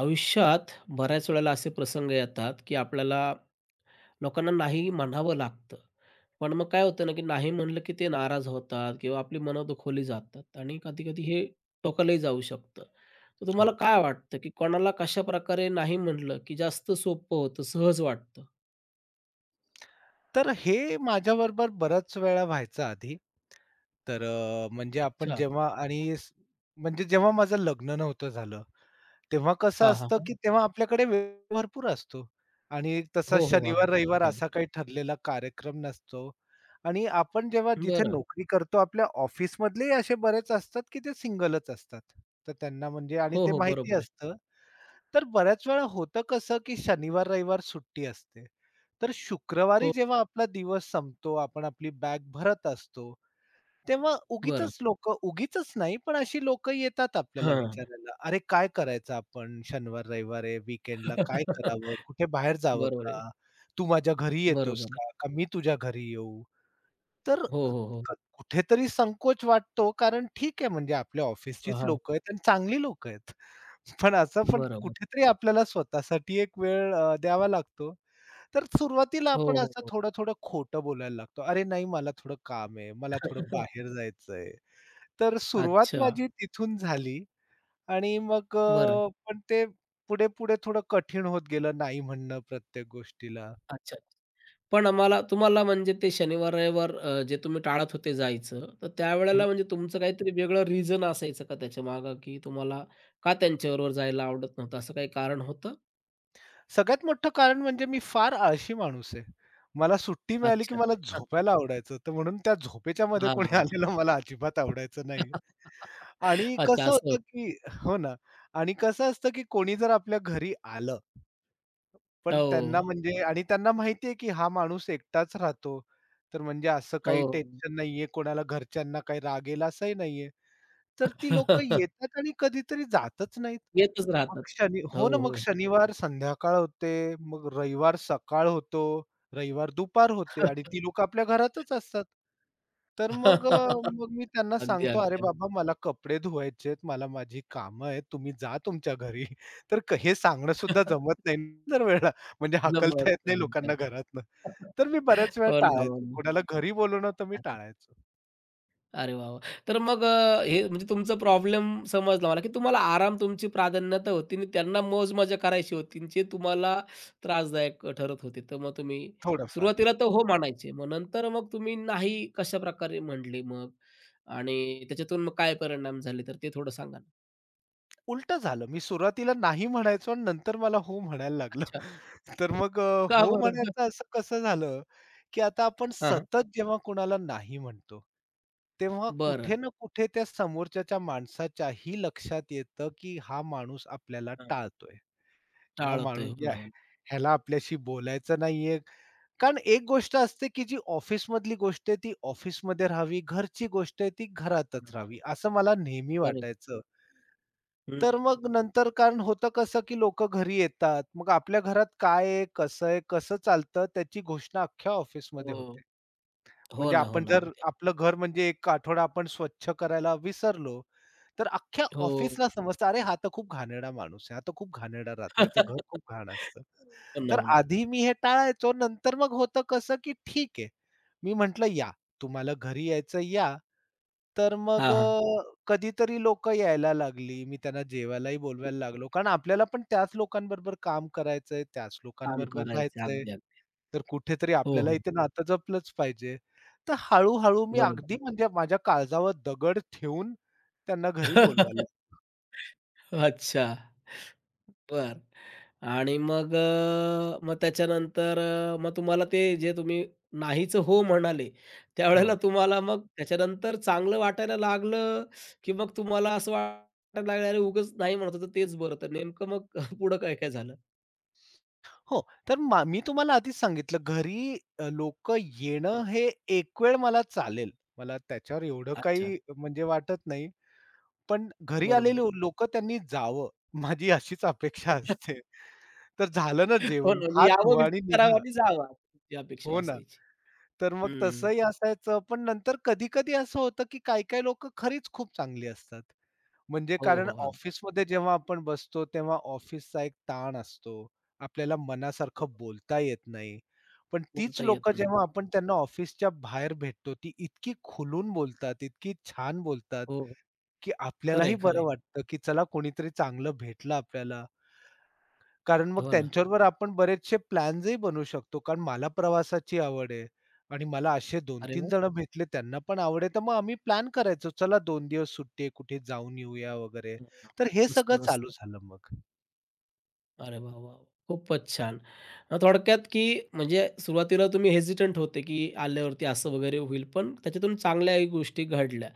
आयुष्यात बऱ्याच वेळेला असे प्रसंग येतात, की आपल्याला लोकांना नाही म्हणावं लागतं. पण मग काय होतं ना, की नाही म्हणलं की ते नाराज होतात किंवा आपली मनं दुखावली जातात आणि कधी-कधी हे टोकालाही जाऊ शकतं. तर हो. तुम्हाला काय वाटतं, की कोणाला कशाप्रकारे नाही म्हणलं, की जास्त सोपं होतं, सहज वाटतं? तर हे माझ्याबरोबर बऱ्याच वेळा व्हायचं आधी. म्हणजे आपण अच्छा. जेव्हा आणि म्हणजे जेव्हा माझं लग्न नव्हतं झालं, तेव्हा कसं हां, हां, असतं, हां. की तेव्हा आपल्याकडे वेळ भरपूर असतो आणि तसा हो, हो. शनिवार-रविवार अगदी, असा अगदी. काही ठरलेला कार्यक्रम नसतो आणि आपण जेव्हा जिथे बरं. नोकरी करतो, आपल्या ऑफिसमधलेही असे बरेच असतात, की ते सिंगलच असतात. तर त्यांना म्हणजे आणि हो, ते हो. माहिती बरोबर आहे. असतं. तर बऱ्याच वेळा होतं कसं, की शनिवार, रविवार सुट्टी असते. तर शुक्रवारी हो. जेव्हा आपला दिवस संपतो, आपण आपली बॅग भरत असतो, तेव्हा बरं. उगीचच लोकं उगीचच नाही, पण अशी लोकं येतात आपल्याला हां. विचारायला, "अरे, काय करायचं आपण? शनिवार, रविवार आहे, वीकेंडला काय करावं? कुठे बाहेर जावं बरोबर आहे. का? तू माझ्या घरी येतोस बरोबर आहे. का? का मी तुझ्या घरी येऊ?" तर हो, हो, हो. क कुठेतरी संकोच वाटतो, कारण ठीक आहे, म्हणजे आपल्या ऑफिसचीच हां. लोकं आहेत आणि चांगली लोकं आहेत. पण असं पण बरोबर. कुठेतरी आपल्याला स्वतःसाठी एक वेळ द्यावा लागतो. तर सुरुवातीला हो, आपण हो, असं हो. थोडं-थोडं खोटं बोलायला लागतो. "अरे नाही मला थोडं काम आहे, मला थोडं बाहेर जायचंय." तर सुरुवात अच्छा. माझी तिथून झाली आणि बरं. पण ते पुढे-पुढे थोडं कठीण होत गेलं नाही म्हणणं प्रत्येक गोष्टीला. अच्छा. पण आम्हाला तुम्हाला म्हणजे ते शनिवार, रविवार जे तुम्ही टाळत होते जायचं, तर त्यावेळेला म्हणजे तुमचं काहीतरी वेगळं रिझन असायचं का त्याच्यामागं, की तुम्हाला का त्यांच्याबरोबर जायला आवडत नव्हतं, असं काही कारण होतं? सगळ्यात मोठं कारण म्हणजे मी फार आळशी माणूस आहे. मला सुट्टी मिळाली, की अच्छा. मला झोपायला आवडायचं. तर म्हणून त्या झोपेच्यामध्ये कोणी हां. आलेलं मला अजिबात आवडायचं नाही. आणि अच्छा कसं असं होतं, होतं. की हो ना. आणि कसं असतं, की कोणी जर आपल्या घरी आलं, पण हो. त्यांना म्हणजे आणि त्यांना माहिती की हा माणूस एकटाच राहतो. तर म्हणजे असं हो. काही टेन्शन नाहीये, कोणाला घरच्यांना काही राग असंही नाहीये. तर ती लोकं येतात आणि कधीतरी जातच नाहीत. येतच राहतात. मग शनी हो, हो ना, मग हो. शनिवार संध्याकाळ होते, मग रविवार सकाळ होतो, रविवार दुपार होते आणि ती लोकं आपल्या घरातच असतात. तर मग अ, मग मी त्यांना अगदी, सांगतो, "अरे अगदी. बाबा, मला कपडे धुवायचे आहेत, मला माझी कामं आहेत, तुम्ही जा तुमच्या घरी." तर क हे सांगणं सुद्धा जमत नाही दर वेळेला, म्हणजे हाकलता जमत येत नाही नाही. लोकांना घरातनं. तर मी बऱ्याच वेळा हो ना, हो टाळायचो. ना. कोणाला घरी बोलवणं तर मी टाळायचो, अरे वाह! वाह! तर मग हे म्हणजे तुमचा प्रॉब्लेम समजला मला, की तुम्हाला आराम तुमची प्राधान्यता होती आणि त्यांना मौज-मजा करायची होती आणि जे तुम्हाला त्रासदायक ठरत होते. तर मग तुम्ही थोडंफार. सुरुवातीला तर हो म्हणायचे. मग नंतर मग तुम्ही नाही कशाप्रकारे म्हटले मग? आणि त्याच्यातून मग काय परिणाम झाले तर ते थोडं सांगा ना? उलटं झालं. मी सुरुवातीला नाही म्हणायचो आणि नंतर मला हो म्हणायला लागलं. अच्छा. का हो बरं? म्हणायचं असं कसं झालं, की आता आपण हां, हां. सतत जेव्हा कुणाला नाही म्हणतो, तेव्हा बरं. कुठे ना कुठे त्या समोरच्याच्या माणसाच्याही लक्षात येतं, की हा माणूस आपल्याला हां. टाळतोय. हा टाळतोय. माणूस हो या ना, हो ना. ह्याला आपल्याशी बोलायचं नाहीये. कारण एक गोष्ट असते, की जी ऑफिसमधली गोष्ट आहे ती ऑफिसमध्ये राहावी, घरची गोष्ट आहे ती हां, घरातच हां. राहावी, असं मला नेहमी बरोबर. वाटायचं. हं. तर मग नंतर कारण होतं कसं, की लोकं घरी येतात. मग आपल्या घरात काय आहे, कसं आहे, कसं चालतं त्याची घोषणा अख्ख्या ऑफिसमध्ये हो. होते. हो म्हणजे ना, हो आपण ना. जर अगदी. आपलं घर म्हणजे एक आठवडा आपण स्वच्छ करायला विसरलो, तर अख्ख्या हो. ऑफिसला समजतं, "अरे, हा तर खूप घाणेरडा माणूस आहे. हा तर खूप घाणेरडा राहतो. याचं घर खूप घाण असतं." हो ना, तर हो ना. आधी मी हे टाळायचो. नंतर मग होतं कसं, की ठीक आहे. मी म्हटलं, "या, तुम्हाला घरी यायचं या." तर मग हां, हां. अ, कधीतरी लोकं यायला लागली. मी त्यांना जेवायलाही बोलवायला लागलो. कारण आपल्याला पण त्याच लोकांबरोबर काम करायचंय, त्याच काम लोकांबरोबर करायचं. राहायचंय. अगदी, अगदी. तर कुठेतरी हो, आपल्यालाही हो. ते नातं जपलंच पाहिजे. तर हळू-हळू मी बरोबर. अगदी म्हणजे माझ्या काळजावर दगड ठेवून त्यांना घरी बोलवायला. अच्छा. बर आणि मग मग त्याच्यानंतर मग तुम्हाला ते जे तुम्ही नाहीचं हो म्हणाले, त्यावेळेला हो. तुम्हाला मग त्याच्यानंतर चांगलं वाटायला लागलं, की मग तुम्हाला असं वाटायला लागलं, "अरे उगाच नाही म्हणत होतो तेच बरं." तर नेमकं मग पुढं काय काय झालं? हो, तर मा मी तुम्हाला आधीच सांगितलं घरी लोकं येणं हां. हे एक वेळ मला चालेल. मला त्याच्यावर एवढं अच्छा. काही म्हणजे वाटत नाही. पण घरी बरोबर आलेले आहे. लोक त्यांनी जावं, माझी अशीच अपेक्षा असते. तर झालं ना हो ना. जेवण, म्हणजे हात यावं, धुवा विजिट आणि करावं निघा. आणि जावं, ही अपेक्षा हो ना. असायची. तर मग हं. तसंही असायचं, पण नंतर कधी-कधी असं होतं, की काही-काही लोकं खरीच खूप चांगली असतात. म्हणजे हो, कारण हो. अगदी. ऑफिसमध्ये जेव्हा आपण बसतो, तेव्हा ऑफिसचा एक ताण असतो. आपल्याला मनासारखं बोलता येत नाही. पण तीच बोलता लोकं येत नाही. जेव्हा आपण त्यांना ऑफिसच्या बाहेर भेटतो, ती इतकी खुलून बोलतात, इतकी छान बोलतात, हो. की खरंय, आपल्यालाही बरं खरंय. वाटतं, की चला कोणीतरी चांगलं भेटलं आपल्याला. कारण मग हो ना. त्यांच्याबरोबर आपण बरेचसे प्लॅन्सही बनवू शकतो. कारण मला प्रवासाची आवड आहे आणि मला असे 2 अरे तीन वाह! जण भेटले त्यांना पण आवड आहे, तर मग आम्ही प्लॅन करायचो. चला 2 दिवस सुट्टी आहे, कुठे जाऊन येऊया वगैरे. हं, हं. तर हे मस्त, सगळं मस्त. चालू झालं मग. अरे वाह, वाह! वाह! खूपच छान. थोडक्यात की म्हणजे सुरुवातीला तुम्ही हेजिटंट होते, की आल्यावरती असं वगैरे होईल, पण त्याच्यातून चांगल्याही गोष्टी घडल्या.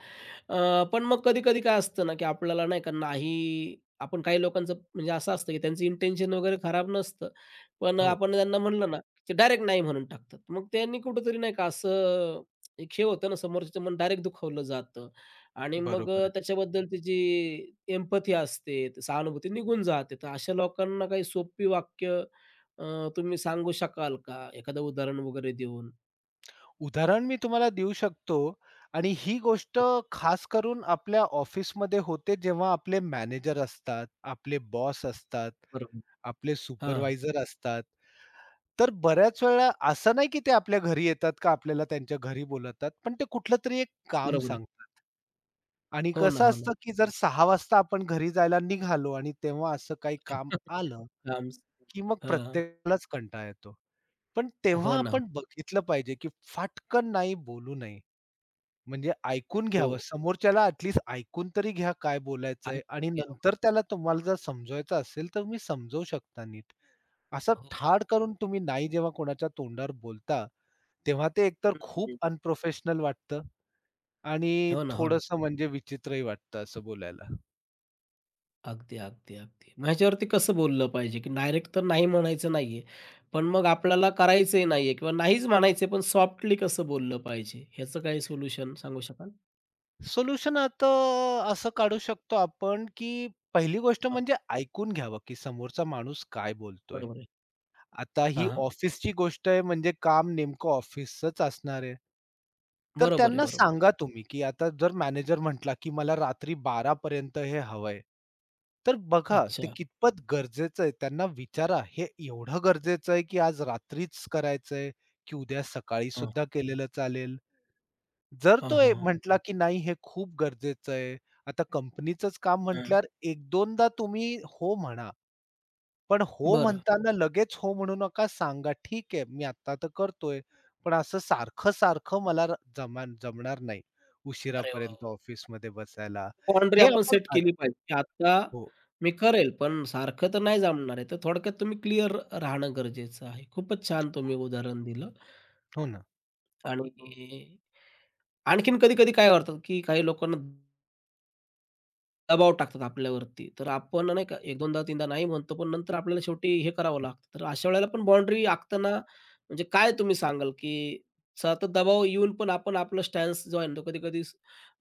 पण मग कधी-कधी काय असतं ना, की आपल्याला नाही का नाही आपण काही लोकांचं म्हणजे असं असतं, की त्यांचं इंटेन्शन वगैरे खराब नसतं, पण हो, आपण त्यांना म्हणलं ना, की डायरेक्ट नाही म्हणून टाकतात. मग त्यांनी कुठेतरी नाही का असं एक हे होतं ना, समोरच्याचं मन डायरेक्ट दुखावलं जातं. आणि मग बरोबर आहे. त्याच्याबद्दलची जी एम्पथी असते, ती सहानुभूती निघून जाते. तर अशा लोकांना काही सोपी वाक्य तुम्ही सांगू शकाल का? एखादं उदाहरण वगैरे देऊन? उदाहरण मी तुम्हाला देऊ शकतो आणि ही गोष्ट अच्छा, खास करून आपल्या ऑफिसमध्ये होते जेव्हा आपले मॅनेजर असतात, आपले बॉस असतात, बरोबर. आपले हां, सुपरवायझर असतात. तर बऱ्याच वेळा असं नाही, की ते आपल्या घरी येतात का आपल्याला त्यांच्या घरी बोलावतात. पण ते कुठलं तरी एक काम बरोबर आहे. सांगतात आणि हो ना, कसं हो ना. असतं, की जर 6:00 वाजता आपण घरी जायला निघालो आणि तेव्हा असं काही काम आलं, आम्ही की मग हां, प्रत्येकालाच कंटाळा येतो. पण तेव्हा हो ना. आपण बघितलं पाहिजे, की फाटकन नाही बोलू नये. म्हणजे ऐकून हो. घ्यावं. समोरच्याला ॲट ऐकून तरी घ्या काय बोलायचंय ऐकून आणि घ्यावं. नंतर त्याला तुम्हाला हां. जर समजवायचं असेल, तर तुम्ही समजवू शकता नीट. असं हो. ठाड करून तुम्ही नाही जेव्हा कोणाच्या तोंडावर बोलता, तेव्हा ते एकतर हं, खूप अनप्रोफेशनल वाटतं आणि हो ना, हो ना. थोडंसं म्हणजे विचित्रही वाटतं असं बोलायला. अगदी, अगदी, अगदी. मग ह्याच्यावरती कसं बोललं पाहिजे, की डायरेक्ट तर नाही म्हणायचं नाहीये, पण मग आपल्याला करायचंही नाहीये किंवा नाहीच म्हणायचंय, पण सॉफ्टली कसं बोललं पाहिजे? ह्याचं काही सोल्युशन सांगू शकाल? सोल्युशन आता असं काढू शकतो आपण, की पहिली गोष्ट हां, म्हणजे ऐकून घ्यावं, की समोरचा माणूस काय बोलतोय. बरोबर आहे. आता ही हां, हां. ऑफिसची गोष्ट आहे म्हणजे काम नेमकं ऑफिसचंच असणार आहे. तर बरोबर आहे, त्यांना बरोबर आहे. सांगा तुम्ही, की आता जर मॅनेजर म्हटला, की मला रात्री 12 पर्यंत हे हवंय. तर बघा ते अच्छा. कितपत गरजेचं आहे. त्यांना विचारा, हे एवढं गरजेचं आहे, की आज रात्रीच करायचंय, की उद्या सकाळी हां, सुद्धा केलेलं चालेल. जर हां, तो ए हां, म्हटला, की नाही हे खूप गरजेचं आहे. आता कंपनीचंच काम हां. म्हटल्यावर 1-2दा तुम्ही हो म्हणा. पण हो बरं. म्हणताना लगेच हो म्हणू नका. सांगा, "ठीक आहे, मी आत्ता तर करतोय." पण असं सारखं-सारखं मला जमणार नाही अरे वाह! उशिरापर्यंत वाह! ऑफिसमध्ये बसायला. हे आपण आपण सेट अ केली पाहिजे, की आता हो, मी करेल, पण सारखं तर नाही जमणार आहे. तर थोडक्यात तुम्ही क्लिअर राहणं गरजेचं आहे. खूपच छान तुम्ही उदाहरण दिलं हो ना. आणि आणखीन कधी-कधी काय होतं, की काही लोकांना दबाव टाकतात आपल्यावरती. तर आपण नाही का 1-2दा 3दा नाही म्हणतो, पण नंतर आपल्याला शेवटी हे करावं लागतं. तर अशा वेळेला पण बाउंडरी आखताना म्हणजे काय तुम्ही सांगाल, की सतत दबाव येऊन पण आपण आपला स्टॅन्स जो आहे ना, तो कधी-कधी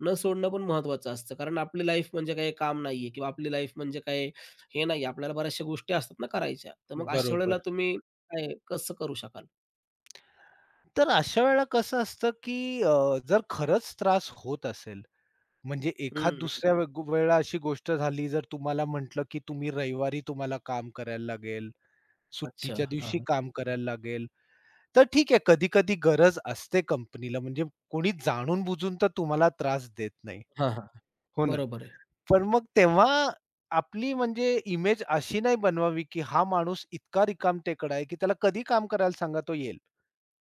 न सोडणं पण महत्त्वाचं असतं. कारण आपली लाईफ म्हणजे काही काम नाहीये किंवा आपली लाईफ म्हणजे काही हे नाही. आपल्याला बऱ्याचशा गोष्टी असतात ना करायच्या. तर मग अशा वेळेला बरोबर. तुम्ही काय कसं करू शकाल? तर अशा वेळेला कसं असतं, की जर खरंच त्रास होत असेल, म्हणजे एखाद हं, दुसऱ्या वे वेळेला अशी गोष्ट झाली, जर तुम्हाला म्हटलं, की तुम्ही रविवारी तुम्हाला काम करायला लागेल, अच्छा. सुट्टीच्या हां, दिवशी हां. काम करायला लागेल. तर ठीक आहे, कधी-कधी गरज असते कंपनीला म्हणजे कोणी जाणून-बुजून तर तुम्हाला त्रास देत नाही. हां, हां. हो ना. बरोबर आहे. पण मग तेव्हा आपली म्हणजे इमेज अशी नाही बनवावी, की हा माणूस इतका रिकामटेकडा आहे, की त्याला कधी काम करायला सांगा तो येईल.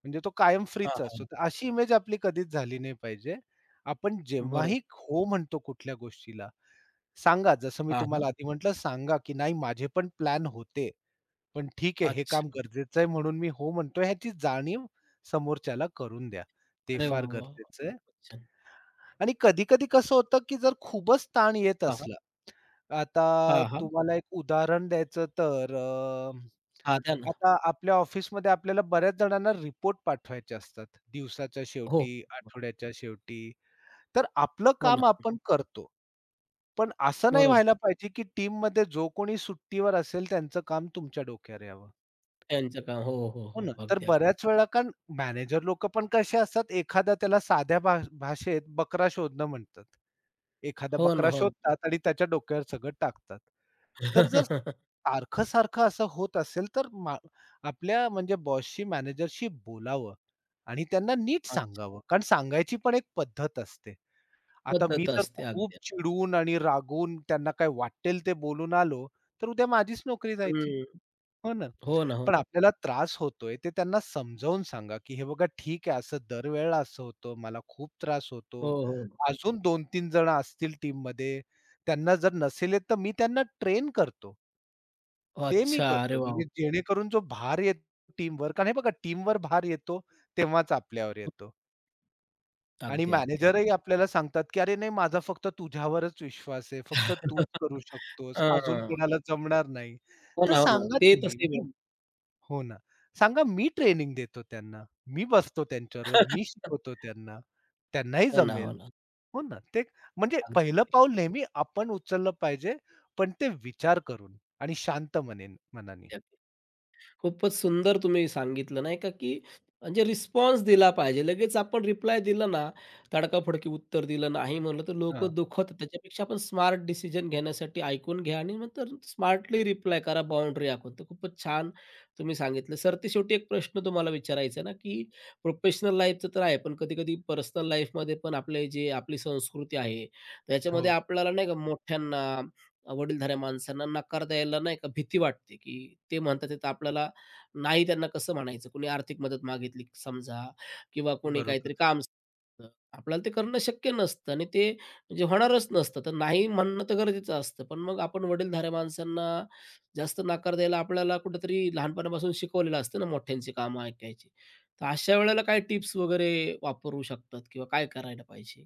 म्हणजे तो कायम हां, फ्रीच असतो. हां. तर अशी इमेज आपली कधीच झाली नाही पाहिजे. आपण बरोबर. जेव्हाही हो म्हणतो कुठल्या गोष्टीला, सांगा जसं मी हां, हां. तुम्हाला आधी म्हटलं, सांगा, की "नाही माझे पण प्लॅन होते." पण ठीक आहे, हे काम अच्छा. गरजेचं आहे म्हणून मी हो म्हणतोय ह्याची जाणीव समोरच्याला करून द्या. ते अरे फार वाह, वाह! गरजेचं आहे. खूपच छान. आणि कधी-कधी कसं होतं, की जर खूपच ताण येत असला, आता हां, हां. तुम्हाला एक उदाहरण द्यायचं हां, द्या ना. आता आपल्या ऑफिसमध्ये आपल्याला बऱ्याच जणांना रिपोर्ट पाठवायचे असतात. दिवसाच्या हो. शेवटी, आठवड्याच्या शेवटी. तर आपलं हो ना. काम आपण करतो. पण असं नाही बरोबर. व्हायला पाहिजे, की टीममध्ये जो कोणी सुट्टीवर असेल त्यांचं काम तुमच्या डोक्यावर यावं. त्यांचं काम. हो, हो, हो ना. हो. तर अगदी, अगदी. बऱ्याच वेळा कारण मॅनेजर लोकं पण कसे असतात, एखादा त्याला साध्या भाषेत बकरा शोधणं म्हणतात. एखादा हो बकरा ना, हो ना. शोधतात आणि त्याच्या डोक्यावर सगळं टाकतात. तर जर सारखं-सारखं असं होत असेल, तर मा आपल्या म्हणजे बॉसशी, मॅनेजरशी बोलावं आणि त्यांना नीट अच्छा. सांगावं. कारण सांगायची पण एक पद्धत असते. आता मी पद्धत जर असते खूप अगदी. चिडून आणि रागून त्यांना काय वाटेल ते बोलून आलो, तर उद्या माझीच नोकरी जायची. हं. हो ना? हो ना, हो. पण आपल्याला त्रास होतोय, ते त्यांना समजावून सांगा, की "हे बघा ठीक आहे, असं दरवेळेला असं होतं. मला खूप त्रास होतो." हो, हो. अजून 2-3 जण असतील टीममध्ये, त्यांना जर नसेल येत, तर मी त्यांना ट्रेन करतो. ते मी अच्छा. अरे करतो. वाह! म्हणजे जेणेकरून जो भार येतो टीमवर कारण हे बघा टीमवर भार येतो, तेव्हाच आपल्यावर येतो. आणि अगदी, अगदी, अगदी. मॅनेजरही आपल्याला सांगतात, की "अरे नाही, माझा फक्त तुझ्यावरच विश्वास आहे. फक्त तूच करू शकतोस. अजून हां. कोणाला जमणार नाही." हो तर ना, हो ना. सांगा ते तुम्ही, तसे मी बघ. हो ना. सांगा मी ट्रेनिंग देतो त्यांना. मी बसतो त्यांच्याबरोबर, मी शिकवतो त्यांना. त्यांनाही हो ना, हो जमेल. ना. हो ना. ते म्हणजे पहिलं पाऊल नेहमी आपण उचललं पाहिजे, पण ते विचार करून आणि शांत मनाने. अगदी. खूपच सुंदर तुम्ही सांगितलं नाही का, की म्हणजे रिस्पॉन्स दिला पाहिजे. लगेच आपण रिप्लाय दिला ना, तडकाफडकी उत्तर दिलं नाही म्हणलं तर लोकं हां. दुखवतात. त्याच्यापेक्षा आपण स्मार्ट डिसिजन घेण्यासाठी ऐकून घ्या आणि नंतर स्मार्टली रिप्लाय करा, बाउंडरी आखून. तर खूपच छान तुम्ही सांगितलं. सरतेशेवटी एक प्रश्न तुम्हाला विचारायचा आहे ना, की प्रोफेशनल लाईफचं तर आहे, पण कधी-कधी पर्सनल लाईफमध्ये पण आपले जे आपली संस्कृती आहे, त्याच्यामध्ये हो. आपल्याला नाही का मोठ्यांना, वडीलधाऱ्या माणसांना नकार द्यायला नाही का भीती वाटते, की ते म्हणतात आहे, तर आपल्याला नाही त्यांना कसं म्हणायचं? कोणी आर्थिक मदत मागितली समजा किंवा कोणी बरोबर. काहीतरी काम सांगितलं, आपल्याला ते करणं शक्य नसतं आणि ते म्हणजे होणारच नसतं. तर नाही म्हणणं तर गरजेचं असतं. पण मग आपण वडीलधाऱ्या माणसांना जास्त नकार द्यायला आपल्याला कुठेतरी लहानपणापासून शिकवलेलं असतं ना मोठ्यांची कामं ऐकायची. तर अशा वेळेला काय टिप्स वगैरे वापरू शकतात किंवा काय करायला पाहिजे?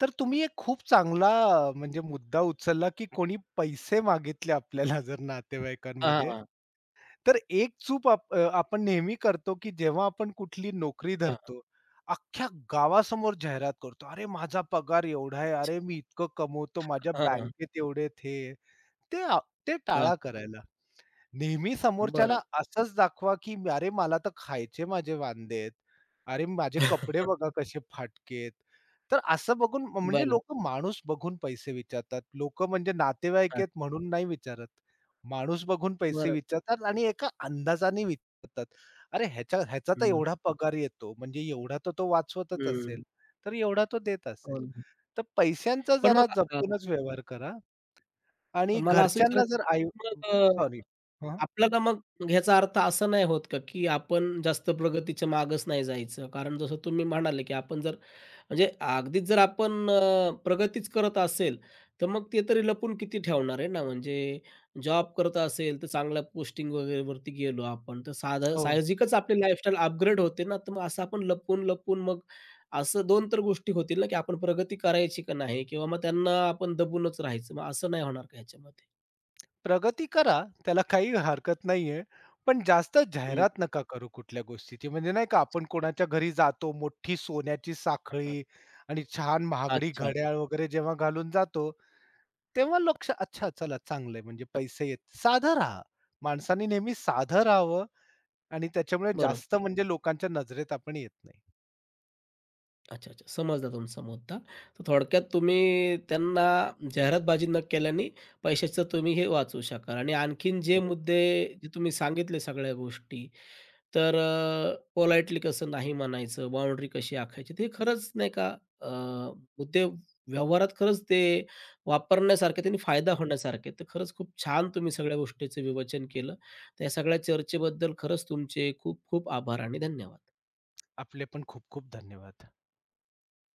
तर तुम्ही एक खूप चांगला म्हणजे मुद्दा उचलला, की कोणी पैसे मागितले आपल्याला जर हां, नातेवाईकांमध्ये, हां. तर एक चूक आपण नेहमी करतो, की जेव्हा आपण कुठली नोकरी हां, धरतो, अख्ख्या गावासमोर जाहिरात करतो. "अरे, माझा पगार एवढा आहे. अच्छा. अरे, मी इतकं कमवतो. माझ्या हां, हां. बँकेत एवढे आहेत." हे, ते आ ते हां. टाळा करायला. नेहमी समोरच्याला बरं. असंच दाखवा, की "अरे मला तर खायचे माझे वांदे आहेत. अरे माझे कपडे बघा कसे फाटके." तर असं बघून म- म्हणजे बरं. लोकं माणूस बघून पैसे विचारतात. लोकं म्हणजे नातेवाईक हां. आहेत म्हणून नाही विचारत. माणूस बघून पैसे बरं. विचारतात आणि एका अंदाजाने विचारतात. "अरे ह्याच्या ह्याचा तर हं. एवढा पगार येतो, म्हणजे एवढा तर तो वाचवतच हं. असेल, तर एवढा तो देत हो असेल." ना. तर पैशांचा पण जरा मग जपूनच व्यवहार करा आणि मला असं घरच्यांना विचारायचं जर की मग सॉरी. आपल्याला मग ह्याचा अर्थ असा नाही होत का, की आपण जास्त प्रगतीच्या मागच नाही जायचं? कारण जसं तुम्ही म्हणाले, की आपण जर म्हणजे अगदीच जर आपण प्रगतीच करत असेल, तर मग ते तरी लपून किती ठेवणार आहे ना. म्हणजे जॉब करत असेल, तर चांगल्या पोस्टिंग वगैरेवरती गेलो आपण, तर साधा हो. साहजिकच आपली लाईफस्टाईल अपग्रेड होते ना. तर मग असं आपण लपून-लपून मग असं 2 तर गोष्टी होतील ना, की आपण प्रगती करायची का नाही किंवा मग त्यांना आपण दबूनच राहायचं. मग असं नाही होणार का ह्याच्यामध्ये? प्रगती करा, त्याला काही हरकत नाहीये. पण जास्त हं. जाहिरात नका करू कुठल्या गोष्टीची. म्हणजे नाही का अच्छा. आपण कोणाच्या घरी जातो, मोठी सोन्याची हां. अच्छा. साखळी आणि छान महागडी अच्छा. घड्याळ वगैरे जेव्हा घालून जातो, तेव्हा लक्ष अच्छा चला चांगलंय म्हणजे पैसे येत साधं राहा. माणसांनी नेहमी साधं राहावं आणि त्याच्यामुळे बरोबर. जास्त म्हणजे लोकांच्या नजरेत आपण येत नाही. अच्छा, अच्छा. समजला तुमचा मुद्दा. तर थोडक्यात तुम्ही त्यांना जाहिरातबाजी न केल्याने पैशाचं तुम्ही हे वाचवू शकाल आणि आणखीन जे बरोबर. मुद्दे जे तुम्ही सांगितले सगळ्या गोष्टी, तर पोलाइटली कसं नाही म्हणायचं, बाउंडरी कशी आखायची, ते खरंच नाही का अ, मुद्दे व्यवहारात खरंच ते वापरण्यासारखे, त्यांनी फायदा होण्यासारखे. तर खरंच खूप छान तुम्ही सगळ्या गोष्टीचं विवेचन केलं. तर या सगळ्या चर्चेबद्दल खरंच तुमचे खूप खूप आभार आणि धन्यवाद. आपले पण खूप खूप धन्यवाद.